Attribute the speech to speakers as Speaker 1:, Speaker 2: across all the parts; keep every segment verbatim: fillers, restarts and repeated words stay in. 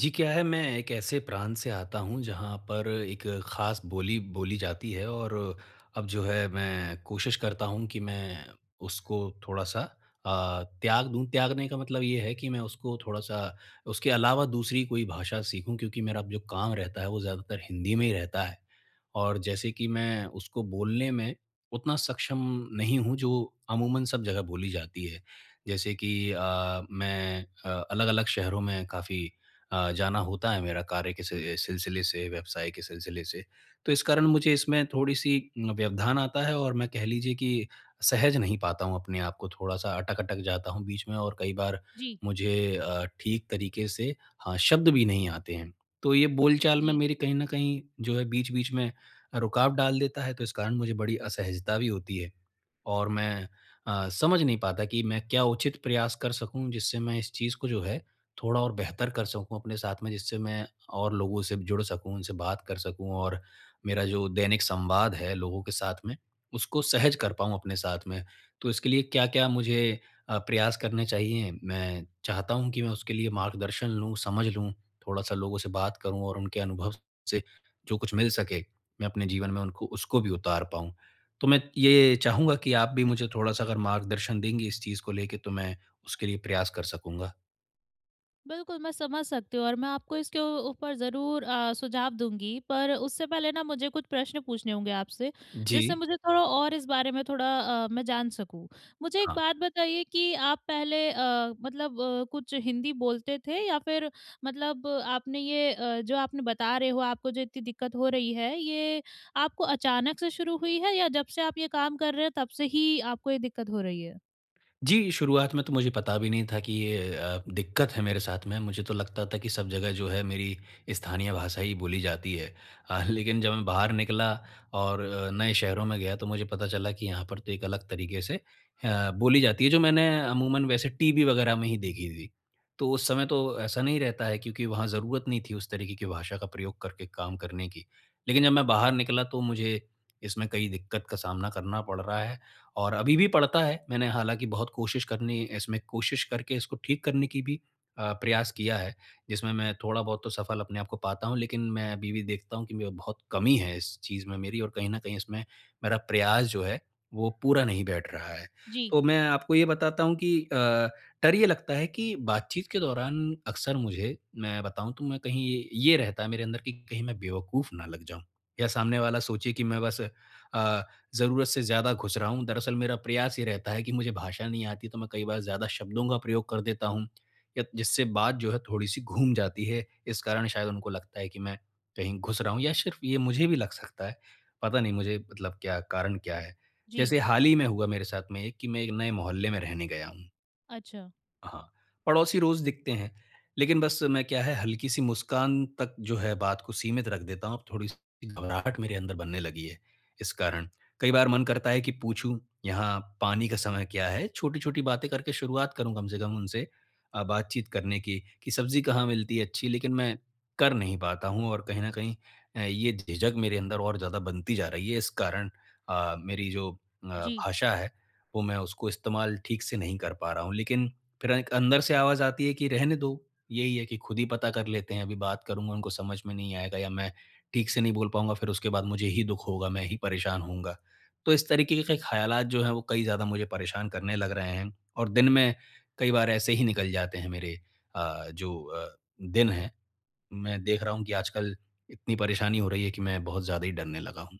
Speaker 1: जी, क्या है मैं एक ऐसे प्रांत से आता हूँ जहाँ पर एक ख़ास बोली बोली जाती है और अब जो है मैं कोशिश करता हूँ कि मैं उसको थोड़ा-सा अ, त्याग दूँ। त्यागने का मतलब ये है कि मैं उसको थोड़ा-सा उसके अलावा दूसरी कोई भाषा सीखूँ क्योंकि मेरा जो काम रहता है वो ज़्यादातर हिंदी में ही रहता है। और जैसे कि मैं उसको बोलने में उतना सक्षम नहीं हूँ जो अमूमन सब जगह बोली जाती है। जैसे कि अ, मैं अ, अलग-अलग शहरों में काफ़ी अ, जाना होता है मेरा कार्य के सि सिलसिले से, व्यवसाय के सिलसिले से। तो इस कारण मुझे इसमें थोड़ी-सी व्यवधान आता है और मैं कह लीजिए कि सहज नहीं पाता हूँ अपने आप को, थोड़ा-सा अटक-अटक जाता हूँ बीच में और कई बार
Speaker 2: जी।
Speaker 1: मुझे अ, ठीक तरीके से हाँ, शब्द भी नहीं आते हैं। तो ये बोलचाल में
Speaker 2: जी।
Speaker 1: मेरी कहीं न कहीं जो है बीच-बीच में रुकावट डाल देता है, तो इस कारण मुझे बड़ी असहजता भी होती है। और मैं अ, समझ नहीं पाता कि मैं क्या उचित प्रयास कर सकूँ जिससे मैं इस चीज़ को जो है थोड़ा और बेहतर कर सकूँ अपने साथ में जिससे मैं और लोगों से जुड़ सकूँ, उनसे बात कर सकूँ और मेरा जो दैनिक संवाद है लोगों के साथ में, उसको सहज कर पाऊँ अपने साथ में। तो इसके लिए क्या-क्या मुझे अ, प्रयास करने चाहिए? मैं चाहता हूँ कि मैं उसके लिए मार्गदर्शन लूँ, समझ लूँ, थोड़ा-सा लोगों से बात करूँ और उनके अनुभव से जो कुछ मिल सके, मैं अपने जीवन में उनको उसको भी उतार पाऊँ। तो मैं ये चाहूँगा कि आप भी मुझे थोड़ा-सा अगर मार्गदर्शन देंगे इस चीज़ को लेके तो मैं उसके लिए प्रयास कर सकूँगा।
Speaker 2: बिल्कुल, मैं समझ सकती हूँ और मैं आपको इसके ऊ ऊपर ज़रूर अ, सुझाव दूँगी, पर उससे पहले ना मुझे कुछ प्रश्न पूछने होंगे आपसे, जिससे
Speaker 1: जी।
Speaker 2: मुझे थोड़ा और इस बारे में थोड़ा अ, मैं जान सकूँ। मुझे एक
Speaker 1: हाँ।
Speaker 2: बात बताइए कि आप पहले अ, मतलब अ, कुछ हिंदी बोलते थे या फिर मतलब अ, आपने ये अ, जो आपने बता रहे हो आपको जो इतनी दिक्कत हो रही है, ये आपको अचानक से शुरू हुई है या जब से आप ये काम कर रहे हैं तब से ही आपको ये दिक्कत हो रही है?
Speaker 1: जी, शुरुआत में तो मुझे पता भी नहीं था कि ये अ, दिक्कत है मेरे साथ में। मुझे तो लगता था कि सब जगह जो है मेरी स्थानीय भाषा ही बोली जाती है। अ, लेकिन जब मैं बाहर निकला और अ, नए शहरों में गया तो मुझे पता चला कि यहाँ पर तो एक अलग तरीके से अ, बोली जाती है जो मैंने अमूमन वैसे टीवी वगैरह में ही देखी थी। तो उस समय तो ऐसा नहीं रहता है क्योंकि वहाँ ज़रूरत नहीं थी उस तरीके की भाषा का प्रयोग करके काम करने की। लेकिन जब मैं बाहर निकला तो मुझे इसमें कई दिक्कत का सामना करना पड़ रहा है और अभी भी पड़ता है, मैंने हालाँकि बहुत कोशिश करनी इसमें कोशिश करके इसको ठीक करने की भी अ, प्रयास किया है, जिसमें मैं थोड़ा बहुत तो सफल अपने आप को पाता हूँ, लेकिन मैं अभी भी देखता हूँ कि मैं बहुत कमी है इस चीज़ में मेरी और कहीं न कहीं इसमें मेरा प्रयास जो है, वो पूरा नहीं बैठ रहा है।
Speaker 2: जी।
Speaker 1: तो मैं आपको ये बताता हूँ कि अ, डर ये लगता है कि बातचीत के दौरान अक्सर मुझे, मैं बताऊँ तो मैं कहीं ये ये रहता है मेरे अंदर कि कहीं मैं बेवकूफ़ ना लग जाऊँ या सामने वाला सोचे कि मैं बस अ ज़रूरत से ज़्यादा घुस रहा हूँ। दरअसल मेरा प्रयास ये रहता है कि मुझे भाषा नहीं आती तो मैं कई बार ज़्यादा शब्दों का प्रयोग कर देता हूँ या जिससे बात जो है थोड़ी-सी घूम जाती है। इस कारण शायद उनको लगता है कि मैं कहीं घुस रहा हूँ या सिर्फ़ ये मुझे भी लग सकता है। पता नहीं मुझे मतलब क्या कारण क्या है?
Speaker 2: जी।
Speaker 1: जैसे हाल ही में हुआ मेरे साथ में एक कि मैं एक नए मोहल्ले में रहने गया हूँ।
Speaker 2: अच्छा।
Speaker 1: हाँ, पड़ोसी रोज़ दिखते हैं, लेकिन बस मैं क्या है हल्की-सी मुस्कान तक जो है बात को सीमित रख देता हूँ, अब थोड़ी-सी घबराहट मेरे अंदर बनने लगी है, इस कारण। कई बार मन करता है कि पूछूँ, यहाँ पानी का समय क्या है? छोटी-छोटी बातें करके शुरुआत करूँ कम से कम उनसे अ, बातचीत करने की, कि सब्ज़ी कहाँ मिलती है अच्छी? लेकिन मैं कर नहीं पाता हूँ और कहीं न कहीं अ, ये झिझक मेरे अंदर और ज़्यादा बनती जा रही है, इस कारण अ, मेरी जो अ,
Speaker 2: जी।
Speaker 1: भाषा है, वो मैं उसको इस्तेमाल ठीक से नहीं कर पा रहा हूँ। लेकिन फिर एक अंदर से आवाज़ आती है कि रहने दो, यही है कि खुद ही पता कर लेते हैं, अभी बात करूँगा उनको समझ में नहीं आएगा या मैं ठीक से नहीं बोल पाऊँगा, फिर उसके बाद मुझे ही दुःख होगा, मैं ही परेशान होऊँगा। तो इस तरीके के ख़्यालात जो हैं वो कई ज़्यादा मुझे परेशान करने लग रहे हैं और दिन में कई बार ऐसे ही निकल जाते हैं मेरे अ, जो अ, दिन हैं। मैं देख रहा हूँ कि आजकल इतनी परेशानी हो रही है कि मैं बहुत ज़्यादा ही डरने लगा हूँ।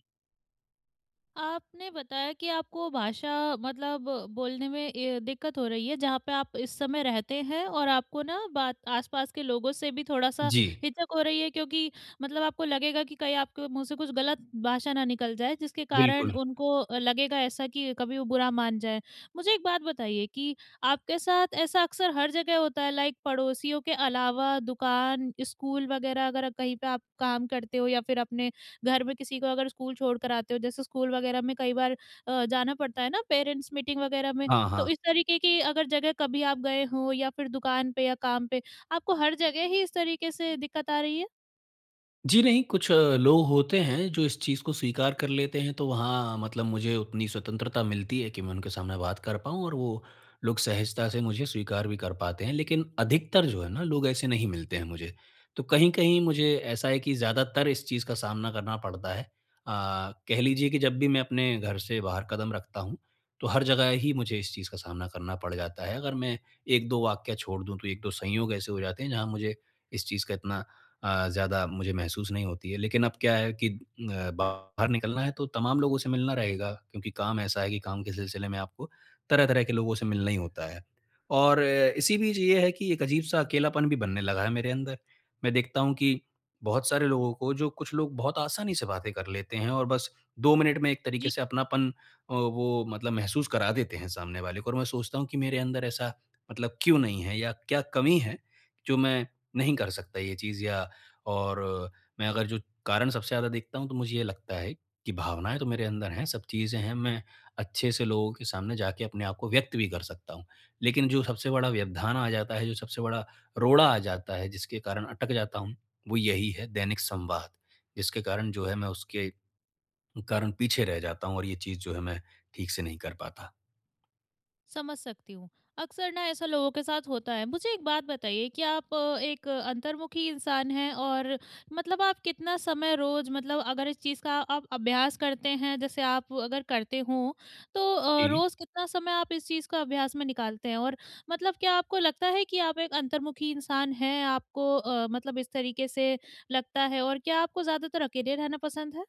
Speaker 2: आपने बताया कि आपको भाषा मतलब बोलने में ए, दिक्कत हो रही है जहाँ पे आप इस समय रहते हैं और आपको ना बात आसपास के लोगों से भी थोड़ा सा
Speaker 1: जी,
Speaker 2: हिचक हो रही है क्योंकि मतलब आपको लगेगा कि कहीं आपके मुंह से कुछ गलत भाषा ना निकल जाए जिसके कारण
Speaker 1: बिल्कुल।
Speaker 2: उनको लगेगा ऐसा कि कभी वो बुरा मान जाए। मुझे एक बात बताइए कि आपके साथ ऐसा अक्सर हर जगह होता है, लाइक पड़ोसियों के अलावा दुकान स्कूल वगैरह अगर कहीं पे आप काम करते हो या फिर अपने घर में किसी को अगर स्कूल छोड़ कर आते हो, जैसे स्कूल वगैरह में कई बार अ, जाना पड़ता है ना, पेरेंट्स मीटिंग वगैरह में।
Speaker 1: हाँ,
Speaker 2: तो
Speaker 1: हाँ।
Speaker 2: इस तरीके की अगर जगह कभी आप गए हो या फिर दुकान पे या काम पे, आपको हर जगह ही इस तरीके से दिक्कत आ रही है?
Speaker 1: जी नहीं, कुछ अ, लोग होते हैं जो इस चीज़ को स्वीकार कर लेते हैं, तो वहाँ मतलब मुझे उतनी स्वतंत्रता मिलती है कि मैं उनके सामने बात कर पाऊँ और वो लोग सहजता से मुझे स्वीकार भी कर पाते हैं। लेकिन अधिकतर जो है ना, लोग ऐसे नहीं मिलते हैं मुझे। तो कहीं-कहीं मुझे ऐसा है कि ज़्यादातर इस चीज़ का सामना करना पड़ता है। अ, कह लीजिए कि जब भी मैं अपने घर से बाहर कदम रखता हूँ, तो हर जगह ही मुझे इस चीज़ का सामना करना पड़ जाता है। अगर मैं एक दो वाक्य छोड़ दूँ, तो एक दो संयोग ऐसे हो जाते हैं, जहाँ मुझे इस चीज़ का इतना अ, ज़्यादा मुझे महसूस नहीं होती है। लेकिन अब क्या है कि अ, बाहर निकलना है तो तमाम लोगों से मिलना रहेगा क्योंकि काम ऐसा है कि काम के सिलसिले में आपको तरह-तरह के लोगों से मिलना ही होता है। और अ, इसी बीच ये है कि एक अजीब-सा अकेलापन भी बनने लगा है मेरे अंदर। मैं देखता हूँ कि बहुत सारे लोगों को जो कुछ लोग बहुत आसानी से बातें कर लेते हैं और बस दो मिनट में एक तरीके
Speaker 2: जी।
Speaker 1: से अपनापन अ, वो मतलब महसूस करा देते हैं सामने वाले को और मैं सोचता हूँ कि मेरे अंदर ऐसा मतलब क्यों नहीं है या क्या कमी है जो मैं नहीं कर सकता ये चीज़ या और मैं अगर जो कारण सबसे ज़्यादा देखता हूँ तो मुझे ये लगता है कि भावनाएँ तो मेरे अंदर हैं, सब चीज़ें हैं, मैं अच्छे से लोगों के सामने जाके अपने आप को व्यक्त भी कर सकता हूँ। लेकिन जो सबसे बड़ा व्यवधान आ जाता है, जो सबसे बड़ा रोड़ा आ जाता है, जिसके कारण अटक जाता हूँ, वो यही है दैनिक संवाद। जिसके कारण जो है मैं उसके कारण पीछे रह जाता हूँ और ये चीज़ जो है मैं ठीक से नहीं कर पाता।
Speaker 2: समझ सकती हूँ। अक्सर ना ऐसा लोगों के साथ होता है। मुझे एक बात बताइए कि आप अ, एक अ, अंतर्मुखी इंसान हैं और मतलब आप कितना समय रोज़ मतलब अगर इस चीज़ का आप अभ्यास करते हैं, जैसे आप अगर करते हो, तो अ,
Speaker 1: जी।
Speaker 2: रोज़ कितना समय आप इस चीज़ का अभ्यास में निकालते हैं? और मतलब क्या आपको लगता है कि आप एक अंतर्मुखी इंसान हैं? आपको अ, मतलब इस तरीके से लगता है और क्या आपको ज़्यादातर अकेले रहना पसंद है?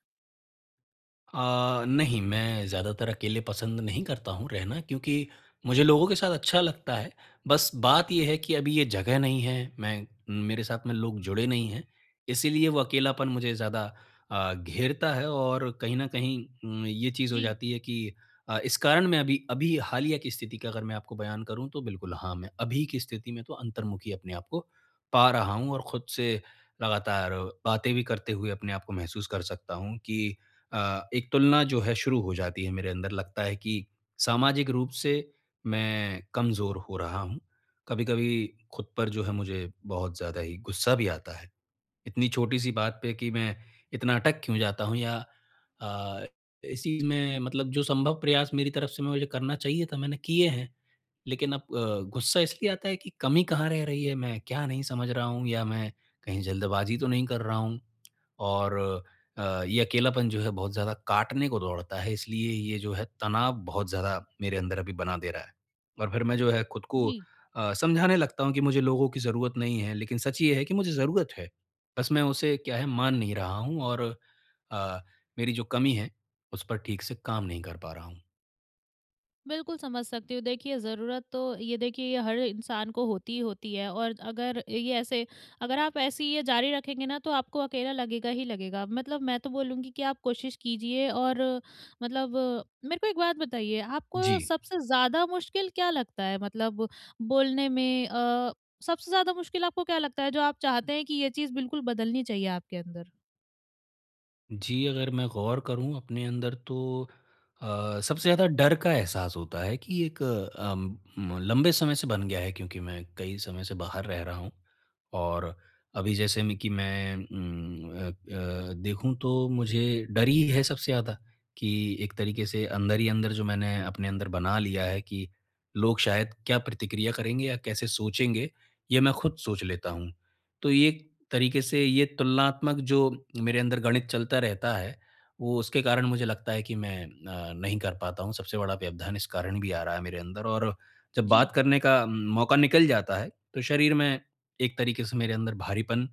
Speaker 1: अ, नहीं, मैं ज़्यादातर अकेले पसंद नहीं करता हूँ रहना क्योंकि मुझे लोगों के साथ अच्छा लगता है। बस बात ये है कि अभी ये जगह नहीं है, मैं मेरे साथ में लोग जुड़े नहीं हैं, इसीलिए वो अकेलापन मुझे ज़्यादा अ, घेरता है और कहीं न कहीं उम, ये चीज़ हो
Speaker 2: जी।
Speaker 1: जाती है कि अ, इस कारण मैं अभी अभी हालिया की स्थिति का अगर मैं आपको बयान करूँ तो बिल्कुल हाँ, मैं अभी की स्थिति में तो अंतर्मुखी अपने आप को पा रहा हूँ और खुद से लगातार बातें भी करते हुए अपने आप को महसूस कर सकता हूँ कि अ, एक तुलना जो है शुरू हो जाती है मेरे अंदर लगता है कि सामाजिक रूप से मैं कमज़ोर हो रहा हूँ। कभी-कभी खुद पर जो है मुझे बहुत ज़्यादा ही गुस्सा भी आता है। इतनी छोटी-सी बात पे कि मैं इतना अटक क्यों जाता हूँ या अ, इस चीज़ में मतलब जो संभव प्रयास मेरी तरफ से मैं मुझे करना चाहिए था, मैंने किए हैं। लेकिन अब अ, गुस्सा इसलिए आता है कि कमी कहाँ रह रही है, मैं क्या नहीं समझ रहा हूँ या मैं कहीं जल्दबाज़ी तो नहीं कर रहा हूँ। और अ, ये अकेलापन जो है बहुत ज़्यादा काटने को दौड़ता है, इसलिए ये जो है तनाव बहुत ज़्यादा मेरे अंदर अभी बना दे रहा है। और फिर मैं जो है खुद को
Speaker 2: जी।
Speaker 1: अ, समझाने लगता हूँ कि मुझे लोगों की ज़रूरत नहीं है, लेकिन सच ये है कि मुझे ज़रूरत है। बस मैं उसे क्या है मान नहीं रहा हूँ और अ, मेरी जो कमी है उस पर ठीक से काम नहीं कर पा रहा हूँ।
Speaker 2: बिल्कुल समझ सकती हूँ। देखिए ज़रूरत तो, ये देखिए ये हर इंसान को होती ही होती है और अगर ये ऐसे अगर आप ऐसी ये जारी रखेंगे ना तो आपको अकेला लगेगा ही लगेगा। मतलब मैं तो बोलूँगी कि आप कोशिश कीजिए और मतलब मेरे को एक बात बताइए,
Speaker 1: जी।
Speaker 2: आपको सबसे ज़्यादा मुश्किल क्या लगता है? मतलब बोलने में अ, सबसे ज़्यादा मुश्किल आपको क्या लगता है जो आप चाहते हैं कि ये चीज़ बिल्कुल बदलनी चाहिए आपके अंदर?
Speaker 1: जी, अगर मैं गौर करूँ अपने अंदर तो अ, सबसे ज़्यादा डर का एहसास होता है कि एक अम, म लंबे समय से बन गया है क्योंकि मैं कई समय से बाहर रह रहा हूँ। और अभी जैसे में कि मैं उम, अ अ, देखूँ तो मुझे डर ही है सबसे ज़्यादा कि एक तरीके से अंदर ही अंदर जो मैंने अपने अंदर बना लिया है कि लोग शायद क्या प्रतिक्रिया करेंगे या कैसे सोचेंगे, ये मैं खुद सोच लेता हूँ। तो ये एक तरीके से ये तुलनात्मक जो मेरे अंदर गणित चलता रहता है, वो उसके कारण मुझे लगता है कि मैं अ, नहीं कर पाता हूँ। सबसे बड़ा व्यवधान इस कारण भी आ रहा है मेरे अंदर और जब बात
Speaker 2: जी।
Speaker 1: करने का अम, मौका निकल जाता है, तो शरीर में एक तरीके से मेरे अंदर भारीपन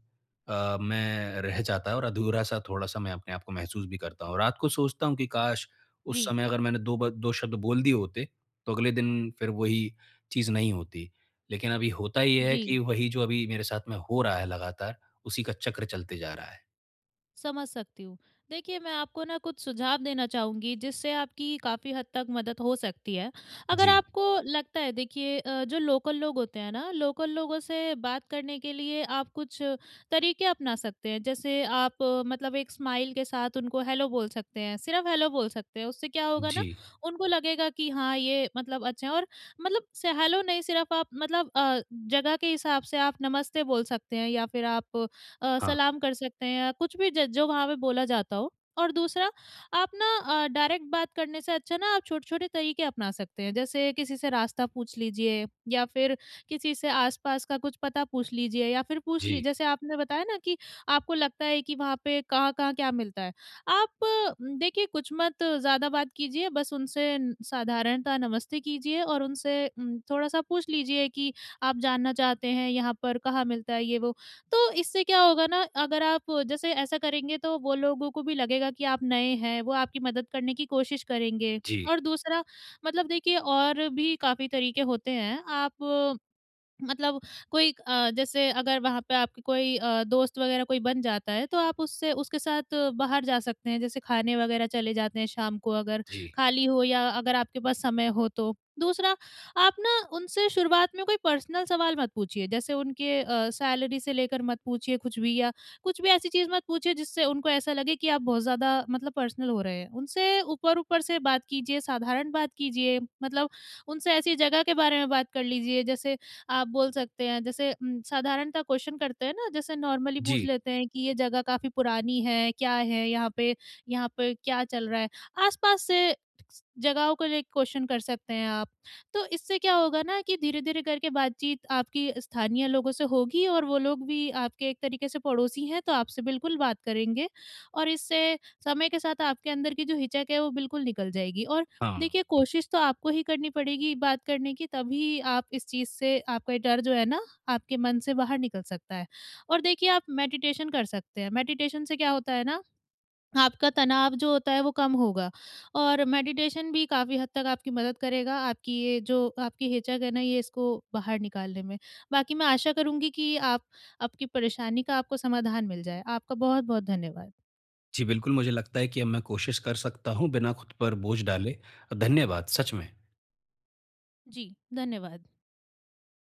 Speaker 1: अ, में रह जाता है और अधूरा-सा थोड़ा-सा मैं अपने आप को महसूस भी करता हूँ। रात को सोचता हूँ कि काश! उस
Speaker 2: जी।
Speaker 1: समय अगर मैंने दो ब दो शब्द बोल दिए होते, तो अगले दिन फिर वही चीज़ नहीं होती। लेकिन अभी होता ये है
Speaker 2: जी।
Speaker 1: कि वही जो अभी मेरे साथ में हो रहा है लगातार, उसी का चक्र चलते जा रहा है।
Speaker 2: समझ सकती हूँ। देखिए, मैं आपको ना कुछ सुझाव देना चाहूँगी जिससे आपकी काफ़ी हद तक मदद हो सकती है। अगर
Speaker 1: जी।
Speaker 2: आपको लगता है, देखिए अ, जो लोकल लोग होते हैं ना, लोकल लोगों से बात करने के लिए आप कुछ तरीके अपना सकते हैं। जैसे आप अ, मतलब एक स्माइल के साथ उनको हेलो बोल सकते हैं, सिर्फ़ हेलो बोल सकते हैं। उससे क्या होगा
Speaker 1: जी।
Speaker 2: ना, उनको लगेगा कि हाँ, ये मतलब अच्छा है। और मतलब से हेलो नहीं, सिर्फ़ आप मतलब अ, जगह के हिसाब से आप नमस्ते बोल सकते हैं या फिर आप अ,
Speaker 1: हाँ।
Speaker 2: सलाम कर सकते हैं या कुछ भी ज जो वहाँ पे बोला जाता हो। और दूसरा, आप ना अ, डायरेक्ट बात करने से अच्छा ना आप छोटे-छोटे तरीके अपना सकते हैं। जैसे किसी से रास्ता पूछ लीजिए या फिर किसी से आस-पास का कुछ पता पूछ लीजिए या फिर पूछ
Speaker 1: जी।
Speaker 2: ली, जैसे आपने बताया ना कि आपको लगता है कि वहाँ पे कहाँ-कहाँ क्या मिलता है। आप उम, देखिए कुछ मत ज़्यादा बात कीजिए, बस उनसे न साधारणतः नमस्ते कीजिए और उनसे उम, थोड़ा-सा पूछ लीजिए कि आप जानना चाहते हैं यहाँ पर कहाँ मिलता है ये वो। तो इससे क्या होगा ना, अगर आप जैसे ऐसा करेंगे तो वो लोगों को भी लगेगा कि आप नए हैं, वो आपकी मदद करने की कोशिश करेंगे।
Speaker 1: जी।
Speaker 2: और दूसरा मतलब देखिए और भी काफ़ी तरीके होते हैं, आप मतलब कोई अ, जैसे अगर वहाँ पे आपके कोई अ, दोस्त वगैरह कोई बन जाता है, तो आप उससे उसके साथ बाहर जा सकते हैं, जैसे खाने वगैरह चले जाते हैं शाम को अगर
Speaker 1: जी।
Speaker 2: खाली हो या अगर आपके पास समय हो तो। दूसरा, आप ना उनसे शुरुआत में कोई पर्सनल सवाल मत पूछिए, जैसे उनके अ, सैलरी से लेकर मत पूछिए कुछ भी या कुछ भी ऐसी चीज़ मत पूछिए जिससे उनको ऐसा लगे कि आप बहुत ज़्यादा मतलब पर्सनल हो रहे हैं। उनसे ऊपर-ऊपर से बात कीजिए, साधारण बात कीजिए, मतलब उनसे ऐसी जगह के बारे में बात कर लीजिए। जैसे आप बोल सकते हैं, जैसे उम, साधारणतः क्वेश्चन करते हैं ना, जैसे नॉर्मली पूछ
Speaker 1: जी।
Speaker 2: लेते हैं कि ये जगह काफ़ी पुरानी है, क्या है यहाँ पे, यहाँ पे क्या चल रहा है? आस-पास से जगहों को लेके क्वेश्चन कर सकते हैं आप। तो इससे क्या होगा ना कि धीरे-धीरे करके बातचीत आपकी स्थानीय लोगों से होगी और वो लोग भी आपके एक तरीके से पड़ोसी हैं, तो आपसे बिल्कुल बात करेंगे और इससे समय के साथ आपके अंदर की जो हिचक है वो बिल्कुल निकल जाएगी। और देखिए,
Speaker 1: हाँ।
Speaker 2: कोशिश तो आपको ही करनी पड़ेगी बात करने की, तभी आप इस चीज़ से, आपका ये डर जो है ना, आपके मन से बाहर निकल सकता है। और देखिए, आप मेडिटेशन कर सकते हैं। मेडिटेशन से क्या होता है ना, आपका तनाव जो होता है, वो कम होगा और मेडिटेशन भी काफ़ी हद तक आपकी मदद करेगा, आपकी ये जो आपकी हिचक है ना, ये, इसको बाहर निकालने में। बाकी मैं आशा करूँगी कि आप, आपकी परेशानी का आपको समाधान मिल जाए। आपका बहुत-बहुत धन्यवाद।
Speaker 1: जी, बिल्कुल मुझे लगता है कि अब मैं कोशिश कर सकता हूँ बिना खुद पर बोझ डाले। धन्यवाद, सच में।
Speaker 2: जी, धन्यवाद।